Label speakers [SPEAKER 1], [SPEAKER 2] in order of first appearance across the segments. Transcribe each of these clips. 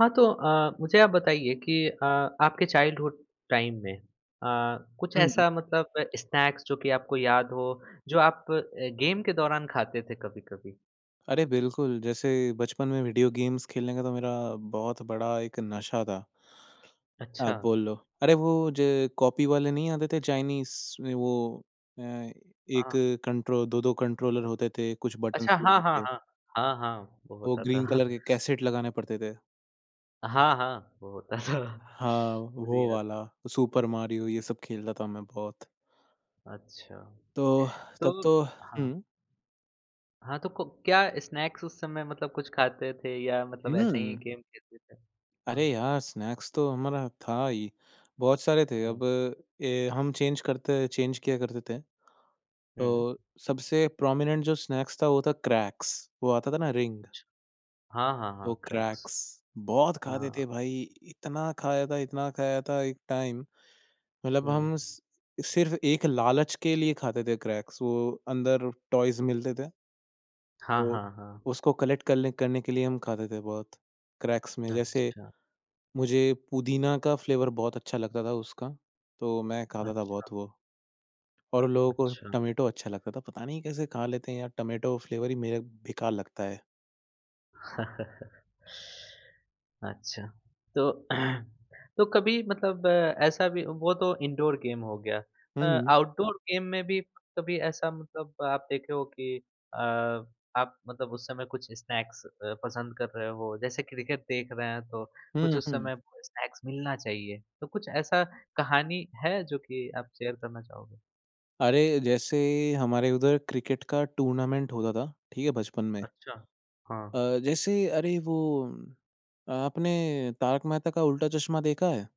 [SPEAKER 1] हाँ, तो मुझे आप बताइए कि आपके चाइल्डहुड टाइम में अ, कुछ
[SPEAKER 2] हुँ।
[SPEAKER 1] ऐसा मतलब स्नैक्स जो कि आपको याद हो, जो आप गेम के दौरान खाते थे कभी-कभी?
[SPEAKER 2] अरे बिल्कुल, जैसे बचपन में वीडियो गेम्स खेलने का तो मेरा बहुत बड़ा एक नशा था। आप
[SPEAKER 1] अच्छा,
[SPEAKER 2] बोल लो। अरे वो जो कॉपी वाले नहीं आते थे चाइनीज़ वो एक
[SPEAKER 1] हाँ।
[SPEAKER 2] कंट्रो 2-2 कंट्रोलर होते थे, कुछ बटन्स
[SPEAKER 1] अच्छा,
[SPEAKER 2] लगा
[SPEAKER 1] हाँ, हाँ,
[SPEAKER 2] के,
[SPEAKER 1] हाँ। हाँ, हाँ, वो
[SPEAKER 2] वो
[SPEAKER 1] होता था।
[SPEAKER 2] ग्रीन कलर के कैसेट लगाने पड़ते थे।
[SPEAKER 1] हाँ, हाँ, वो होता था।
[SPEAKER 2] हाँ,
[SPEAKER 1] मुझे
[SPEAKER 2] वो
[SPEAKER 1] याद
[SPEAKER 2] वाला, सुपर मारियो ये सब खेलता था मैं बहुत।
[SPEAKER 1] अच्छा,
[SPEAKER 2] तो तब
[SPEAKER 1] तो
[SPEAKER 2] तो
[SPEAKER 1] हाँ।
[SPEAKER 2] हुँ।
[SPEAKER 1] हाँ, तो को क्या स्नैक्स उस समय मतलब कुछ खाते थे या मतलब ऐसे
[SPEAKER 2] हुँ।
[SPEAKER 1] ही गेम खेलते थे?
[SPEAKER 2] अरे
[SPEAKER 1] हाँ।
[SPEAKER 2] यार! स्नैक्स तो हमारा था ही, बहुत सारे थे।
[SPEAKER 1] हुँ,
[SPEAKER 2] अब हम चेंज किया करते थे। तो
[SPEAKER 1] हुँ।
[SPEAKER 2] सबसे प्रोमिनेंट जो स्नैक्स था वो था क्रैक्स, वो आता था ना रिंग,
[SPEAKER 1] हाँ, हाँ,
[SPEAKER 2] तो
[SPEAKER 1] हाँ, क्रैक्स।
[SPEAKER 2] क्रैक्स बहुत खाते
[SPEAKER 1] हाँ।
[SPEAKER 2] थे भाई, इतना खाया था एक टाइम। मतलब
[SPEAKER 1] हुँ।
[SPEAKER 2] हम स सिर्फ़ एक लालच के लिए खाते थे क्रैक्स, वो अंदर टॉयज़ मिलते थे,
[SPEAKER 1] हाँ,
[SPEAKER 2] तो
[SPEAKER 1] हाँ, हाँ।
[SPEAKER 2] उसको कलेक्ट करने करने के लिए हम खाते थे बहुत, क्रैक्स में। जैसे
[SPEAKER 1] अच्छा,
[SPEAKER 2] मुझे पुदीना का फ्लेवर बहुत अच्छा लगता था उसका, तो मैं खाता था
[SPEAKER 1] अच्छा,
[SPEAKER 2] बहुत वो और लोगों को
[SPEAKER 1] अच्छा।
[SPEAKER 2] टमेटो अच्छा लगता था, पता नहीं कैसे खा लेते हैं यार टमेटो फ्लेवर ही मेरा बेकार लगता है।
[SPEAKER 1] अच्छा, तो तो कभी मतलब ऐसा भी वो तो इंडोर गेम हो गया।
[SPEAKER 2] हुँ,
[SPEAKER 1] आउटडोर गेम में भी कभी ऐसा मतलब आप देखे हो कि अ, आप मतलब उस समय कुछ स्नैक्स पसंद कर रहे हो, जैसे क्रिकेट देख रहे हैं तो कुछ
[SPEAKER 2] हुँ,
[SPEAKER 1] उस
[SPEAKER 2] हुँ।
[SPEAKER 1] समय स्नैक्स मिलना चाहिए। तो कुछ ऐसा कहानी है जो कि आप शेयर करना चाहोगे?
[SPEAKER 2] अरे! जैसे हमारे उधर क्रिकेट का टूर्नामेंट होता था, ठीक है, बचपन में।
[SPEAKER 1] अच्छा। हाँ।
[SPEAKER 2] जैसे अरे वो आपने तारक मेहता का उल्टा चश्मा देखा है?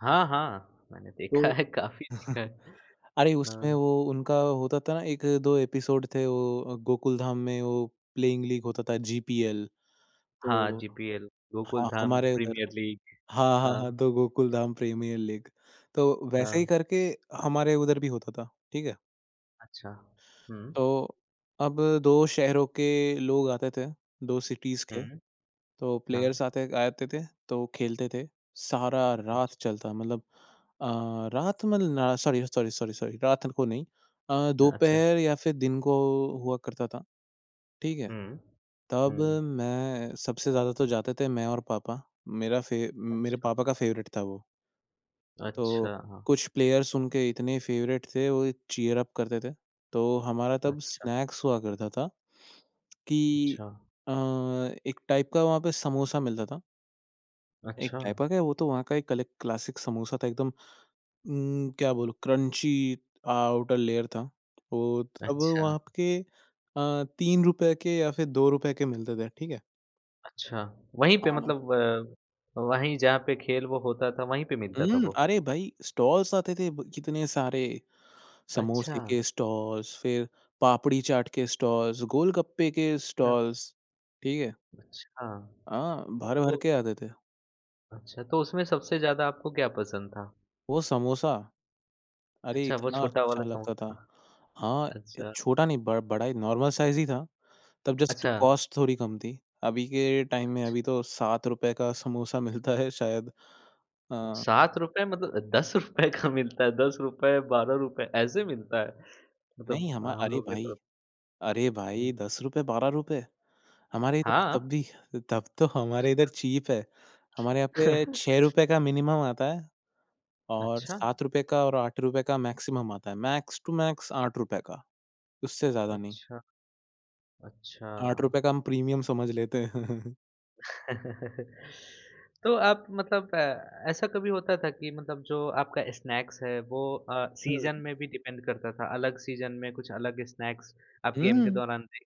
[SPEAKER 1] हाँ, हाँ, मैंने
[SPEAKER 2] तो
[SPEAKER 1] देखा है, काफ़ी देखा है।
[SPEAKER 2] अरे! उसमें
[SPEAKER 1] हाँ,
[SPEAKER 2] वो उनका होता था ना 1-2 एपिसोड थे वो गोकुल धाम में वो प्लेइंग लीग होता था जीपीएल,
[SPEAKER 1] हाँ,
[SPEAKER 2] तो
[SPEAKER 1] जीपीएल,
[SPEAKER 2] हाँ,
[SPEAKER 1] गोकुलधाम,
[SPEAKER 2] हमारे उधर
[SPEAKER 1] प्रीमियर लीग,
[SPEAKER 2] हाँ, हाँ,
[SPEAKER 1] हाँ,
[SPEAKER 2] हाँ, तो गोकुल धाम प्रीमियर लीग, तो वैसे
[SPEAKER 1] हाँ,
[SPEAKER 2] ही करके हमारे उधर भी होता था, ठीक है?
[SPEAKER 1] अच्छा। हुँ,
[SPEAKER 2] तो अब 2 शहरों के लोग आते थे, 2 सिटीज़ के,
[SPEAKER 1] हुँ,
[SPEAKER 2] तो
[SPEAKER 1] हाँ,
[SPEAKER 2] प्लेयर्स आते आते थे, तो खेलते थे, सारा रात
[SPEAKER 1] अच्छ
[SPEAKER 2] चलता मतलब अ, रात मतलब ना सॉरी, सॉरी, सॉरी, सॉरी रात को नहीं
[SPEAKER 1] अच्छा,
[SPEAKER 2] दोपहर या फिर दिन को हुआ करता था, ठीक है?
[SPEAKER 1] हुँ,
[SPEAKER 2] तब
[SPEAKER 1] हुँ,
[SPEAKER 2] मैं सबसे ज़्यादा तो जाते थे मैं और पापा, मेरा फे मेरे
[SPEAKER 1] अच्छा,
[SPEAKER 2] पापा का फ़ेवरेट था वो। तो
[SPEAKER 1] अच्छा, हाँ,
[SPEAKER 2] कुछ प्लेयर्स उनके इतने फ़ेवरेट थे, वो चीयर अप करते थे। तो हमारा तब
[SPEAKER 1] अच्छा,
[SPEAKER 2] स्नैक्स हुआ करता था कि
[SPEAKER 1] अच्छा,
[SPEAKER 2] अ, एक टाइप का वहाँ पे समोसा मिलता था। एक
[SPEAKER 1] अच्छा,
[SPEAKER 2] टाइप का क्या, वो तो वहाँ का एक कलेक क्लासिक समोसा था एकदम क्या बोलूँ क्रंची आउटर लेयर था। वो तब
[SPEAKER 1] अच्छा,
[SPEAKER 2] वहाँ के ₹3 के या फिर ₹2 के मिलते थे, ठीक है?
[SPEAKER 1] अच्छा, वहीं पे
[SPEAKER 2] हाँ।
[SPEAKER 1] मतलब वहीं जहाँ पे खेल वो होता था, वहीं पे मिलता था
[SPEAKER 2] हुँ,
[SPEAKER 1] वो?
[SPEAKER 2] अरे भाई स्टॉल्स आते थे ब कितने सारे। समोसे
[SPEAKER 1] अच्छा,
[SPEAKER 2] के स्टॉल्स, फिर पापड़ी चाट के स्टॉल्स, गोलगप्पे के
[SPEAKER 1] अच्छा,
[SPEAKER 2] स्टॉल्स, ठीक है?
[SPEAKER 1] अच्छा,
[SPEAKER 2] हाँ, भर-भर
[SPEAKER 1] तो
[SPEAKER 2] के आते थे।
[SPEAKER 1] अच्छा, तो उसमें सबसे ज़्यादा आपको क्या पसंद था?
[SPEAKER 2] वो समोसा, अरे
[SPEAKER 1] अच्छा, वो
[SPEAKER 2] इतना
[SPEAKER 1] छोटा
[SPEAKER 2] अच्छा
[SPEAKER 1] वाला सॉन्ग
[SPEAKER 2] लगता था।
[SPEAKER 1] था।
[SPEAKER 2] हाँ, ए
[SPEAKER 1] अच्छा,
[SPEAKER 2] छोटा नहीं ब बड़ा ही नॉर्मल साइज़ ही था, तब जस्ट
[SPEAKER 1] अच्छा,
[SPEAKER 2] कॉस्ट थोड़ी कम थी। अभी के टाइम में अभी तो ₹7 का समोसा मिलता है शायद। अ,
[SPEAKER 1] ₹7 मतलब ₹10 का मिलता है, ₹10 ₹12 ऐसे मिलता है? मतलब
[SPEAKER 2] नहीं हमा
[SPEAKER 1] हम
[SPEAKER 2] अरे
[SPEAKER 1] लोग की
[SPEAKER 2] भाई!
[SPEAKER 1] तरफ
[SPEAKER 2] अरे भाई!
[SPEAKER 1] हुँ,
[SPEAKER 2] ₹10 ₹12 हमारे इधर तो
[SPEAKER 1] हाँ।
[SPEAKER 2] तब भी तब तो हमारे इधर चीप है। हमारे यहाँ पे ₹6 का मिनिमम आता है और
[SPEAKER 1] अच्छा,
[SPEAKER 2] ₹7 का और ₹8 का मैक्सिमम आता है। मैक्स टू मैक्स ₹8 का, उससे ज़्यादा नहीं।
[SPEAKER 1] अच्छा, अच्छा।
[SPEAKER 2] ₹8 का हम प्रीमियम समझ लेते हैं।
[SPEAKER 1] तो आप मतलब ऐसा कभी होता था कि मतलब जो आपका स्नैक्स है वो सीज़न
[SPEAKER 2] हुँ।
[SPEAKER 1] में भी डिपेंड करता था, अलग सीज़न में कुछ अलग स्नैक्स आप गेम के
[SPEAKER 2] हुँ।
[SPEAKER 1] दौरान भी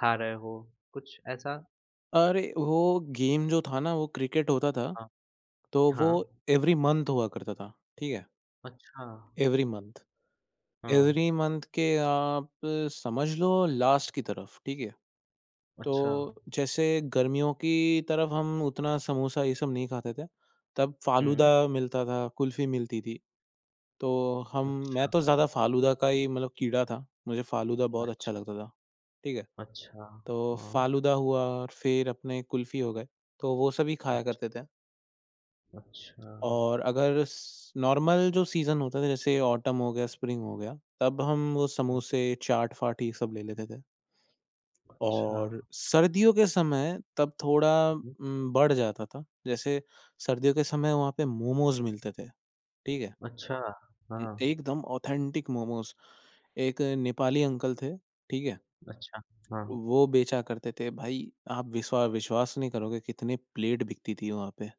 [SPEAKER 1] खा रहे हो, कुछ ऐसा?
[SPEAKER 2] अरे! वो गेम जो था ना वो क्रिकेट होता था,
[SPEAKER 1] हाँ,
[SPEAKER 2] तो वो
[SPEAKER 1] हाँ।
[SPEAKER 2] एवरी मंथ हुआ करता था, ठीक है?
[SPEAKER 1] अच्छा।
[SPEAKER 2] Every month.
[SPEAKER 1] हाँ,
[SPEAKER 2] एवरी मंथ के आप समझ लो लास्ट की तरफ, ठीक है? तो
[SPEAKER 1] अच्छा।
[SPEAKER 2] जैसे गर्मियों की तरफ हम उतना समोसा ये सब नहीं खाते थे, तब
[SPEAKER 1] हुँ,
[SPEAKER 2] फालूदा मिलता था, कुल्फ़ी मिलती थी। तो हम मैं
[SPEAKER 1] अच्छा,
[SPEAKER 2] तो ज़्यादा फालूदा का ही मतलब कीड़ा था, मुझे फालूदा बहुत अच्छा
[SPEAKER 1] अच्छ
[SPEAKER 2] लगता था, ठीक है?
[SPEAKER 1] अच्छा,
[SPEAKER 2] तो
[SPEAKER 1] हाँ,
[SPEAKER 2] फालूदा हुआ और फिर अपने कुल्फ़ी हो गए, तो वो सब ही खाया
[SPEAKER 1] अच्छ
[SPEAKER 2] करते थे।
[SPEAKER 1] अच्छा,
[SPEAKER 2] और अगर स नॉर्मल जो सीज़न होता था जैसे ऑटम हो गया, स्प्रिंग हो गया, तब हम वो
[SPEAKER 1] हुँ,
[SPEAKER 2] समोसे, चाट-फाट ये सब ले लेते थे।
[SPEAKER 1] अच्छा,
[SPEAKER 2] और सर्दियों के समय तब थोड़ा
[SPEAKER 1] हुँ,
[SPEAKER 2] बढ़ जाता था। जैसे सर्दियों के समय वहाँ पे मोमोज़ मिलते थे, ठीक है?
[SPEAKER 1] अच्छा,
[SPEAKER 2] ए
[SPEAKER 1] हाँ,
[SPEAKER 2] एकदम ऑथेंटिक मोमोज़। एक नेपाली अंकल थे, ठीक है?
[SPEAKER 1] अच्छा, हाँ।
[SPEAKER 2] वो बेचा करते थे। भाई आप विश्वास नहीं करोगे कितने प्लेट बिकती थी वहाँ पे।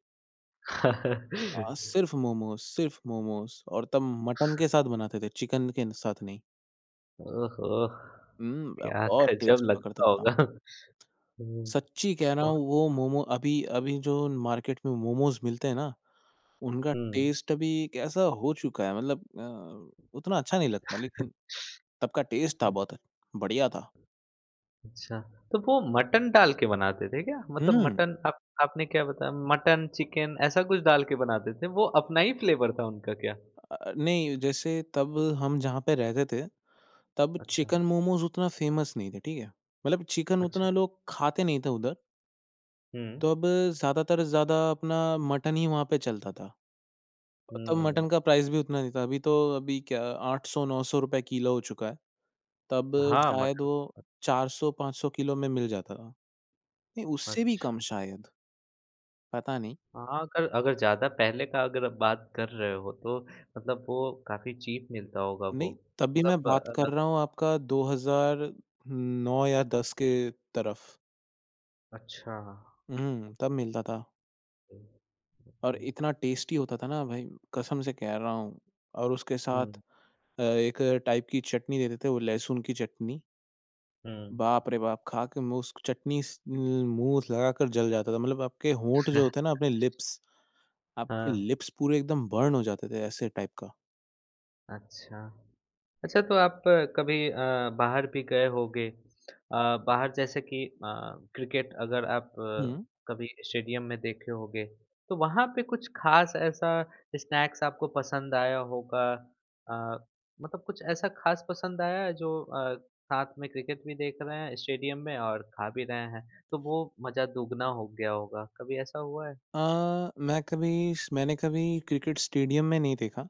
[SPEAKER 2] सिर्फ़ मोमोज़ और तब मटन के साथ बनाते थे, चिकन के साथ नहीं।
[SPEAKER 1] ओहो!
[SPEAKER 2] ब
[SPEAKER 1] क्या
[SPEAKER 2] बहुत
[SPEAKER 1] गज़ब
[SPEAKER 2] टेस्ट पकड़ता
[SPEAKER 1] लगता
[SPEAKER 2] था।
[SPEAKER 1] होगा। हुँ,
[SPEAKER 2] सच्ची कह रहा
[SPEAKER 1] बहुत
[SPEAKER 2] हूँ वो मोमो अभी अभी जो मार्केट में मोमोज़ मिलते हैं ना, उनका
[SPEAKER 1] हुँ,
[SPEAKER 2] टेस्ट अभी कैसा हो चुका है मतलब उतना अच्छा नहीं लगता लेकिन तब का टेस्ट था बहुत बढ़िया था।
[SPEAKER 1] अच्छा, तो वो मटन डाल के बनाते थे क्या? मतलब
[SPEAKER 2] हुँ,
[SPEAKER 1] मटन आप आपने क्या बताया मटन, चिकन ऐसा कुछ डाल के बनाते थे, वो अपना ही फ्लेवर था उनका क्या?
[SPEAKER 2] नहीं जैसे तब हम जहाँ पे रहते थे, तब
[SPEAKER 1] अच्छा,
[SPEAKER 2] चिकन मोमोज़ उतना फ़ेमस नहीं थे, ठीक है? मतलब चिकन
[SPEAKER 1] अच्छा,
[SPEAKER 2] उतना लोग खाते नहीं थे उधर।
[SPEAKER 1] हुँ,
[SPEAKER 2] तो अब ज़्यादा अपना मटन ही वहाँ पे चलता था। तब
[SPEAKER 1] हुँ।
[SPEAKER 2] मटन का प्राइस भी उतना नहीं था, अभी तो अभी क्या 800-900 रुपए किलो हो चुका है। तब
[SPEAKER 1] हाँ,
[SPEAKER 2] शायद
[SPEAKER 1] मटन
[SPEAKER 2] वो 400-500 किलो में मिल जाता था। नहीं, उससे भी कम
[SPEAKER 1] अच्छा।
[SPEAKER 2] शायद। पता नहीं।
[SPEAKER 1] हाँ, अगर अगर ज़्यादा पहले का अगर आप बात कर रहे हो तो मतलब वो काफ़ी चीप मिलता होगा वो।
[SPEAKER 2] नहीं, तब भी मैं
[SPEAKER 1] मतलब
[SPEAKER 2] बात कर रहा हूँ आपका 2009 या 10 के तरफ।
[SPEAKER 1] अच्छा,
[SPEAKER 2] हुँ, तब मिलता था।
[SPEAKER 1] ओके।
[SPEAKER 2] और इतना टेस्टी होता था ना भाई, कसम से कह रहा हूँ। और उसके साथ
[SPEAKER 1] हुँ,
[SPEAKER 2] एक टाइप की चटनी देते थे, वो लहसुन की चटनी।
[SPEAKER 1] हुँ।
[SPEAKER 2] बाप रे बाप! खा के मुँह उस चटनी स मुँह लगाकर जल जाता था। मतलब आपके होंठ जो होते हैं ना, अपने लिप्स, आपके
[SPEAKER 1] हाँ,
[SPEAKER 2] लिप्स पूरे एकदम बर्न हो जाते थे, ऐसे टाइप का।
[SPEAKER 1] अच्छा। अच्छा तो आप कभी बाहर भी गए होंगे बाहर जैसे कि क्रिकेट अगर आप
[SPEAKER 2] हुँ।
[SPEAKER 1] कभी स्टेडियम में देखे होंगे तो वहाँ पे कुछ खास ऐसा स्नैक्स आपको पसंद आया होगा अ, मतलब कुछ ऐसा खास पसंद आया है जो साथ में क्रिकेट भी देख रहे हैं स्टेडियम में और खा भी रहे हैं तो वो मज़ा दुगना हो गया होगा कभी ऐसा हुआ है?
[SPEAKER 2] मैंने कभी क्रिकेट स्टेडियम में नहीं देखा,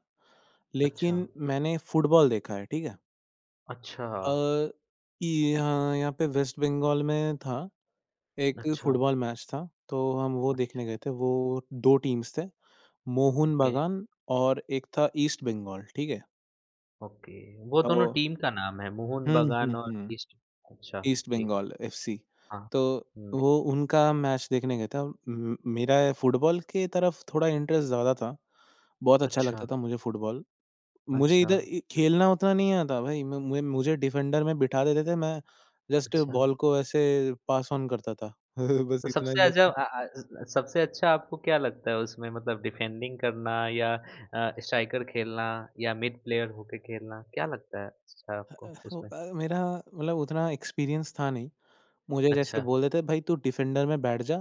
[SPEAKER 1] अच्छा,
[SPEAKER 2] लेकिन मैंने फुटबॉल देखा है, ठीक है?
[SPEAKER 1] अच्छा,
[SPEAKER 2] अ, ये यहाँ यहाँ पे वेस्ट बंगाल में था एक
[SPEAKER 1] अच्छा,
[SPEAKER 2] फुटबॉल मैच था, तो हम वो
[SPEAKER 1] अच्छा,
[SPEAKER 2] देखने गए थे। वो 2 टीम्स थे, मोहन
[SPEAKER 1] ओके।
[SPEAKER 2] बागान और एक था ईस्ट बंगाल, ठीक है?
[SPEAKER 1] ओके, वो दोनों
[SPEAKER 2] तो
[SPEAKER 1] टीम का नाम है, मोहन
[SPEAKER 2] हुँ, हुँ,
[SPEAKER 1] बागान और
[SPEAKER 2] हुँ।
[SPEAKER 1] ईस्ट अच्छा,
[SPEAKER 2] ईस्ट
[SPEAKER 1] ठीक,
[SPEAKER 2] बंगाल एफसी।
[SPEAKER 1] हाँ।
[SPEAKER 2] तो
[SPEAKER 1] हुँ,
[SPEAKER 2] वो उनका मैच देखने गए थे और म मेरा फुटबॉल के तरफ थोड़ा इंटरेस्ट ज़्यादा था। बहुत अच्छा
[SPEAKER 1] अच्छा,
[SPEAKER 2] लगता था मुझे फुटबॉल। मुझे
[SPEAKER 1] अच्छा,
[SPEAKER 2] इधर इ खेलना उतना नहीं आता भाई, म मुझे मुझे डिफेंडर में बिठा देते थे, मैं जस्ट
[SPEAKER 1] अच्छा।
[SPEAKER 2] बॉल को ऐसे पास ऑन करता था। बस
[SPEAKER 1] तो
[SPEAKER 2] इतना
[SPEAKER 1] सबसे
[SPEAKER 2] ही
[SPEAKER 1] अजब अ अ, स सबसे अच्छा आपको क्या लगता है उसमें मतलब डिफेंडिंग करना या स्ट्राइकर खेलना या मिड प्लेयर होके खेलना, क्या लगता है अच्छा आपको उसमें?
[SPEAKER 2] मेरा मतलब उतना एक्सपीरियंस था नहीं। मुझे जैसे
[SPEAKER 1] अच्छा,
[SPEAKER 2] बोल देते भाई तू डिफेंडर में बैठ जा,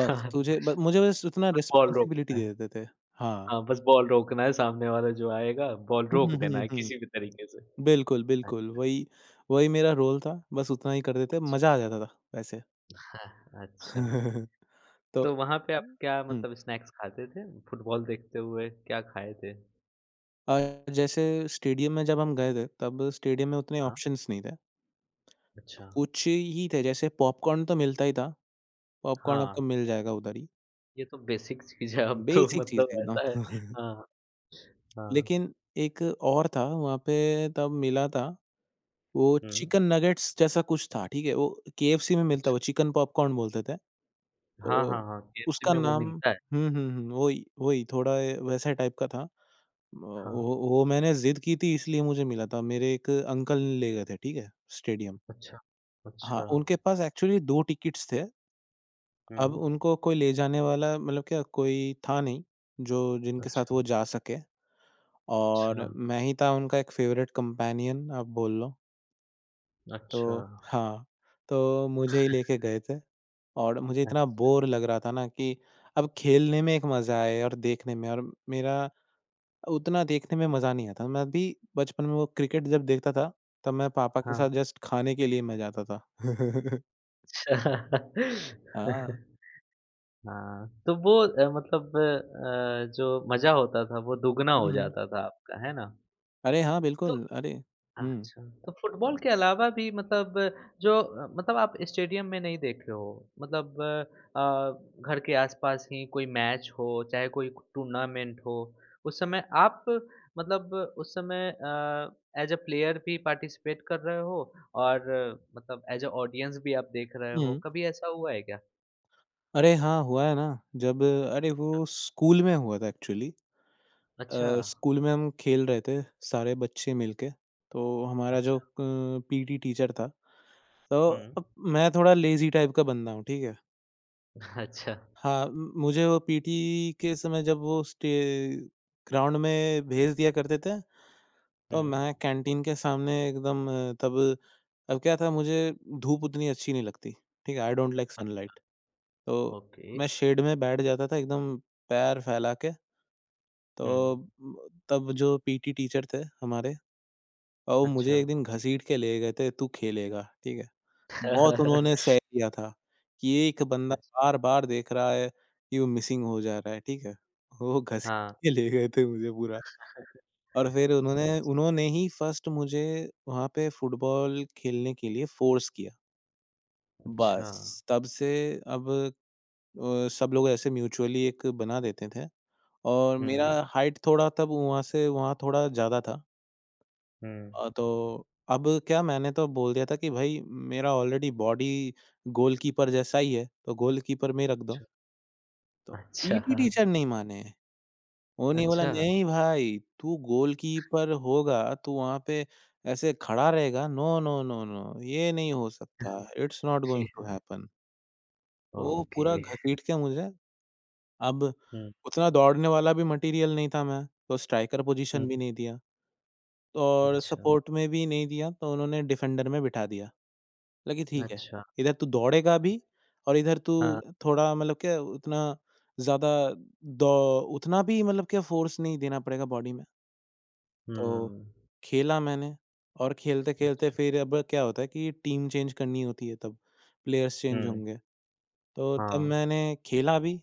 [SPEAKER 2] बस तुझे ब
[SPEAKER 1] बस
[SPEAKER 2] मुझे बस उतना
[SPEAKER 1] बॉल
[SPEAKER 2] रिस्पॉन्सिबिलिटी
[SPEAKER 1] रोकना
[SPEAKER 2] दे
[SPEAKER 1] है।
[SPEAKER 2] देते थे। हाँ।
[SPEAKER 1] हाँ, बस बॉल रोकना है सामने वाला जो आएगा, बॉल
[SPEAKER 2] हुँ,
[SPEAKER 1] रोक
[SPEAKER 2] हुँ,
[SPEAKER 1] देना है
[SPEAKER 2] हुँ।
[SPEAKER 1] किसी भी तरीके से।
[SPEAKER 2] बिल्कुल,
[SPEAKER 1] अ,
[SPEAKER 2] बिल्कुल वही वही मेरा रोल था, बस उतना ही कर देते,
[SPEAKER 1] अच्छा,
[SPEAKER 2] मज़ा आ जाता था वैसे।
[SPEAKER 1] अच्छा।
[SPEAKER 2] तो
[SPEAKER 1] तो वहाँ पे आप क्या
[SPEAKER 2] हुँ,
[SPEAKER 1] मतलब स्नैक्स खाते थे? फुटबॉल देखते हुए क्या खाए थे?
[SPEAKER 2] और जैसे स्टेडियम में जब हम गए थे, तब स्टेडियम में उतने
[SPEAKER 1] हाँ,
[SPEAKER 2] ऑप्शंस नहीं थे। तो
[SPEAKER 1] अच्छा।
[SPEAKER 2] कुछ ही थे जैसे पॉपकॉर्न तो मिलता ही था, पॉपकॉर्न आपको
[SPEAKER 1] हाँ,
[SPEAKER 2] मिल जाएगा उधर ही,
[SPEAKER 1] ये तो बेसिक चीज़ है अब तो
[SPEAKER 2] बेसिक चीज़
[SPEAKER 1] मतलब
[SPEAKER 2] एकदम।
[SPEAKER 1] ऐसा है हाँ, हाँ।
[SPEAKER 2] लेकिन एक और था वहाँ पे तब मिला था, वो
[SPEAKER 1] हुँ।
[SPEAKER 2] चिकन नगेट्स जैसा कुछ था, ठीक है? वो केएफसी में मिलता है,
[SPEAKER 1] अच्छा,
[SPEAKER 2] वो चिकन पॉपकॉर्न बोलते थे।
[SPEAKER 1] हाँ,
[SPEAKER 2] तो
[SPEAKER 1] हाँ, हाँ, केएफसी
[SPEAKER 2] उसका
[SPEAKER 1] में वो
[SPEAKER 2] नाम
[SPEAKER 1] मिलता है।
[SPEAKER 2] हुँ, हुँ, हुँ, वही, वही थोड़ा ए वैसा टाइप का था। म
[SPEAKER 1] हाँ,
[SPEAKER 2] वो मैंने ज़िद की थी इसलिए मुझे मिला था। मेरे एक अंकल ले गए थे, ठीक है? स्टेडियम।
[SPEAKER 1] अच्छा,
[SPEAKER 2] हाँ,
[SPEAKER 1] अच्छा।
[SPEAKER 2] उनके पास एक्चुअली 2 टिकट्स थे। अब
[SPEAKER 1] हुँ।
[SPEAKER 2] उनको कोई ले जाने वाला मतलब क्या कोई था नहीं, जो जिनके साथ
[SPEAKER 1] अच्छा,
[SPEAKER 2] वो जा सके।
[SPEAKER 1] अच्छा,
[SPEAKER 2] और मैं ही था उनका एक फ़ेवरेट कम्पेनियन आप बोल लो।
[SPEAKER 1] अच्छा,
[SPEAKER 2] तो हाँ, तो मुझे ही लेके गए थे और मुझे इतना
[SPEAKER 1] अच्छ
[SPEAKER 2] बोर लग रहा था ना कि अब खेलने में एक मज़ा है और देखने में और मेरा उतना देखने में मज़ा नहीं आता। मैं भी बचपन में वो क्रिकेट जब देखता था, तब मैं पापा के
[SPEAKER 1] हाँ,
[SPEAKER 2] साथ जस्ट खाने के लिए मैं जाता था।
[SPEAKER 1] अच्छा।
[SPEAKER 2] हाँ,
[SPEAKER 1] हाँ, तो वो मतलब जो मज़ा होता था वो दुगना हो
[SPEAKER 2] हुँ।
[SPEAKER 1] जाता था आपका, है ना?
[SPEAKER 2] अरे हाँ,
[SPEAKER 1] तो
[SPEAKER 2] बिल्कुल। अरे हुँ,
[SPEAKER 1] अच्छा, तो फुटबॉल के अलावा भी मतलब जो मतलब आप स्टेडियम में नहीं देख रहे हो, मतलब घर के आसपास ही कोई मैच हो, चाहे कोई टूर्नामेंट हो, उस समय आप मतलब उस समय एज़ अ प्लेयर भी पार्टिसिपेट कर रहे हो और मतलब एज़ अ ऑडियंस भी आप देख रहे हो,
[SPEAKER 2] हुँ।
[SPEAKER 1] कभी ऐसा हुआ है क्या?
[SPEAKER 2] अरे हाँ, हुआ है ना। जब अरे वो स्कूल में हुआ था एक्चुअली। अ,
[SPEAKER 1] अच्छा,
[SPEAKER 2] स्कूल में हम खेल रहे थे सारे बच्चे मिलके, तो हमारा जो
[SPEAKER 1] अच्छा,
[SPEAKER 2] पीटी टीचर था, तो
[SPEAKER 1] हुँ।
[SPEAKER 2] अब मैं थोड़ा लेज़ी टाइप का बंदा हूँ, ठीक है?
[SPEAKER 1] अच्छा,
[SPEAKER 2] हाँ, म मुझे वो पीटी के समय जब वो स्टे ग्राउंड में भेज दिया करते थे,
[SPEAKER 1] हुँ।
[SPEAKER 2] तो मैं कैंटीन के सामने एकदम तब अब क्या था मुझे धूप उतनी अच्छी नहीं लगती, ठीक है? I don't like
[SPEAKER 1] a,
[SPEAKER 2] sunlight तो
[SPEAKER 1] ओके,
[SPEAKER 2] मैं शेड में बैठ जाता था एकदम पैर फैला के,
[SPEAKER 1] हुँ,
[SPEAKER 2] तो तब जो पीटी टीचर थे हमारे और वो
[SPEAKER 1] अच्छा।
[SPEAKER 2] मुझे एक दिन घसीट के ले गए थे, "तू खेलेगा।" ठीक है? बहुत अच्छा। उन्होंने सह लिया था, कि ये एक बंदा
[SPEAKER 1] अच्छा,
[SPEAKER 2] बार-बार देख रहा है कि वो मिसिंग हो जा रहा है, ठीक है? वो घसीट
[SPEAKER 1] हाँ।
[SPEAKER 2] के ले गए थे मुझे पूरा और फिर उन्होंने उन्होंने ही फर्स्ट मुझे वहाँ पे फुटबॉल खेलने के लिए फ़ोर्स किया।
[SPEAKER 1] अच्छा।
[SPEAKER 2] बस, तब से अब सब लोग ऐसे म्यूचुअली एक बना देते थे और मेरा
[SPEAKER 1] हुँ,
[SPEAKER 2] हाइट थोड़ा तब वहाँ से वहाँ थोड़ा ज़्यादा था।
[SPEAKER 1] हुँ।
[SPEAKER 2] तो अब क्या मैंने तो बोल दिया था कि भाई मेरा ऑलरेडी बॉडी गोलकीपर जैसा ही है, तो गोलकीपर में ही रख दो। तो
[SPEAKER 1] अच्छा,
[SPEAKER 2] पीटी
[SPEAKER 1] अच्छा,
[SPEAKER 2] टीचर नहीं माने। उन्होंने बोला
[SPEAKER 1] अच्छा।
[SPEAKER 2] नहीं भाई तू गोलकीपर होगा, तू वहाँ पे ऐसे खड़ा रहेगा, नो, नो, नो, नो ये नहीं हो सकता, it's not going to happen. वो
[SPEAKER 1] ओके।
[SPEAKER 2] पूरा घसीट के मुझे अब
[SPEAKER 1] हुँ,
[SPEAKER 2] उतना दौड़ने वाला भी मटेरियल नहीं था मैं, तो स्ट्राइकर पोजीशन
[SPEAKER 1] हुँ।
[SPEAKER 2] भी नहीं दिया और
[SPEAKER 1] अच्छा,
[SPEAKER 2] सपोर्ट में भी नहीं दिया, तो उन्होंने डिफेंडर में बिठा दिया। लगा कि ठीक है,
[SPEAKER 1] अच्छा।
[SPEAKER 2] इधर तू दौड़ेगा भी और इधर तू
[SPEAKER 1] हाँ।
[SPEAKER 2] थोड़ा मतलब क्या उतना ज़्यादा दौ उतना भी मतलब क्या फ़ोर्स नहीं देना पड़ेगा बॉडी में। तो
[SPEAKER 1] हुँ।
[SPEAKER 2] खेला मैंने और खेलते-खेलते
[SPEAKER 1] अच्छा,
[SPEAKER 2] फिर अब क्या होता है कि टीम चेंज करनी होती है तब, प्लेयर्स चेंज
[SPEAKER 1] हुँ,
[SPEAKER 2] होंगे। तो तब
[SPEAKER 1] हाँ।
[SPEAKER 2] मैंने खेला भी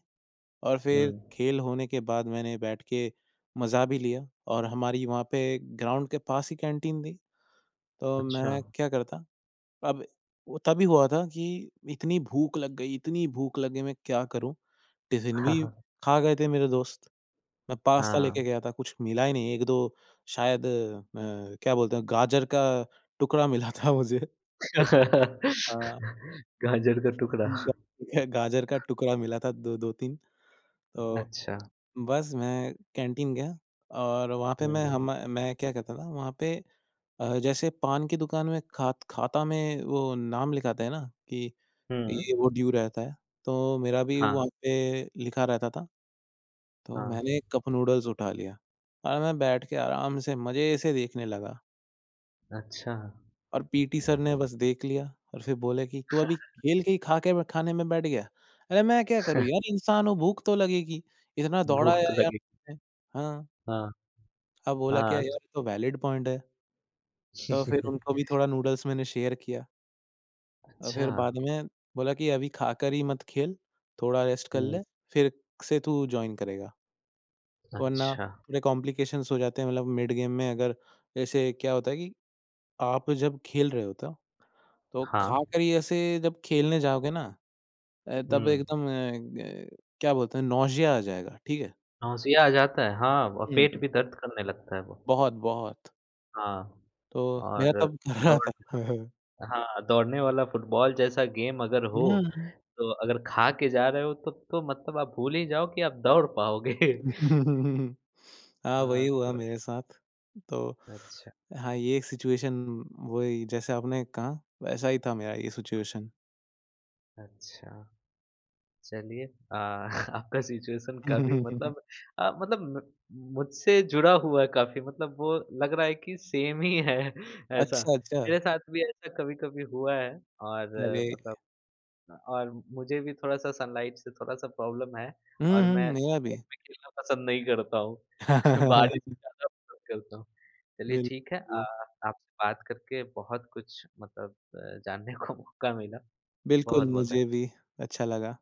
[SPEAKER 2] और
[SPEAKER 1] हुँ,
[SPEAKER 2] फिर खेल होने के बाद मैंने बैठ के मज़ा भी लिया और हमारी वहाँ पे ग्राउंड के पास ही कैंटीन थी। तो
[SPEAKER 1] अच्छा।
[SPEAKER 2] मैं क्या करता अब वो तभी हुआ था कि इतनी भूख लग गई, इतनी भूख लगी मैं क्या करूँ? टिफ़िन भी
[SPEAKER 1] हाँ।
[SPEAKER 2] खा गए थे मेरे दोस्त। मैं पास्ता लेके
[SPEAKER 1] हाँ
[SPEAKER 2] गया था, कुछ मिला ही नहीं। 1-2 शायद क्या बोलते हैं गाजर का टुकड़ा मिला था मुझे। हाँ,
[SPEAKER 1] गाजर का टुकड़ा।
[SPEAKER 2] ग गाजर का टुकड़ा मिला था 2-2-3 तो
[SPEAKER 1] अच्छा।
[SPEAKER 2] बस मैं कैंटीन गया और वहाँ पे
[SPEAKER 1] हुँ,
[SPEAKER 2] मैं क्या करता था वहाँ पे जैसे पान की दुकान में खाता में वो नाम लिखाते हैं ना कि
[SPEAKER 1] हुँ।
[SPEAKER 2] ये वो ड्यू रहता है, तो मेरा भी
[SPEAKER 1] हाँ,
[SPEAKER 2] वहाँ पे लिखा रहता था, तो मैंने
[SPEAKER 1] हाँ।
[SPEAKER 2] कप नूडल्स उठा लिया और मैं बैठ के आराम से मज़े से देखने लगा
[SPEAKER 1] अच्छा,
[SPEAKER 2] और पीटी सर ने बस देख लिया और फिर बोले कि, "तू अभी खेल के ही खा के खाने में बैठ गया?" अरे! मैं क्या करूँ यार इंसान हूँ, भूख तो लगेगी, इतना
[SPEAKER 1] भूख
[SPEAKER 2] दौड़ाया
[SPEAKER 1] तो
[SPEAKER 2] यार
[SPEAKER 1] लगी।
[SPEAKER 2] तुमने। हाँ,
[SPEAKER 1] हाँ,
[SPEAKER 2] अब बोला क्या
[SPEAKER 1] हाँ।
[SPEAKER 2] यार ये तो वैलिड पॉइंट है, तो फिर उनको भी थोड़ा नूडल्स मैंने शेयर किया और
[SPEAKER 1] अच्छा।
[SPEAKER 2] फिर बाद में बोला कि, "अभी खाकर ही मत खेल, थोड़ा रेस्ट कर
[SPEAKER 1] हुँ,
[SPEAKER 2] ले, फिर से तू जॉइन करेगा।" वरना
[SPEAKER 1] अच्छा।
[SPEAKER 2] थोड़े कॉम्प्लिकेशंस हो जाते हैं मतलब मिड गेम में अगर जैसे क्या होता है कि आप जब खेल रहे होते हो तो
[SPEAKER 1] हाँ।
[SPEAKER 2] खाकर ही ऐसे जब खेलने जाओगे ना
[SPEAKER 1] हुँ।
[SPEAKER 2] तब एकदम क्या बोलते हैं नौसिया आ जाएगा, ठीक है?
[SPEAKER 1] नौसिया आ जाता है, हाँ और पेट
[SPEAKER 2] हुँ।
[SPEAKER 1] भी दर्द करने लगता है वो।
[SPEAKER 2] बहुत, बहुत।
[SPEAKER 1] हाँ,
[SPEAKER 2] तो
[SPEAKER 1] और
[SPEAKER 2] मेरा तब कर रहा
[SPEAKER 1] दौड़
[SPEAKER 2] था।
[SPEAKER 1] हाँ, दौड़ने वाला फुटबॉल जैसा गेम अगर हो,
[SPEAKER 2] हुँ।
[SPEAKER 1] तो अगर खा के जा रहे हो तो मतलब आप भूल ही जाओ कि आप दौड़ पाओगे।
[SPEAKER 2] हाँ, वही
[SPEAKER 1] हाँ,
[SPEAKER 2] हुआ
[SPEAKER 1] तो
[SPEAKER 2] मेरे साथ। तो
[SPEAKER 1] अच्छा,
[SPEAKER 2] हाँ, ये एक सिचुएशन वही जैसे आपने कहा वैसा ही था मेरा ये सिचुएशन।
[SPEAKER 1] अच्छा। चलिए आपका सिचुएशन काफ़ी मतलब अ, मतलब म मुझसे जुड़ा हुआ है काफ़ी मतलब वो लग रहा है कि सेम ही है ऐसा।
[SPEAKER 2] अच्छा, अच्छा।
[SPEAKER 1] मेरे साथ भी ऐसा कभी-कभी हुआ है और
[SPEAKER 2] अरे!
[SPEAKER 1] मतलब और मुझे भी थोड़ा-सा सनलाइट से थोड़ा-सा प्रॉब्लम है
[SPEAKER 2] हुँ,
[SPEAKER 1] और मैं
[SPEAKER 2] हुँ, मेरा भी।
[SPEAKER 1] सनलाइट में खेलना पसंद नहीं करता हूँ। बारिश में ज़्यादा पसंद करता हूँ। चलिए ठीक है
[SPEAKER 2] बिल्कुल,
[SPEAKER 1] आपसे बात करके बहुत कुछ मतलब जानने को मौका मिला।
[SPEAKER 2] बिल्कुल
[SPEAKER 1] बहुत-बहुत
[SPEAKER 2] मुझे भी अच्छा लगा।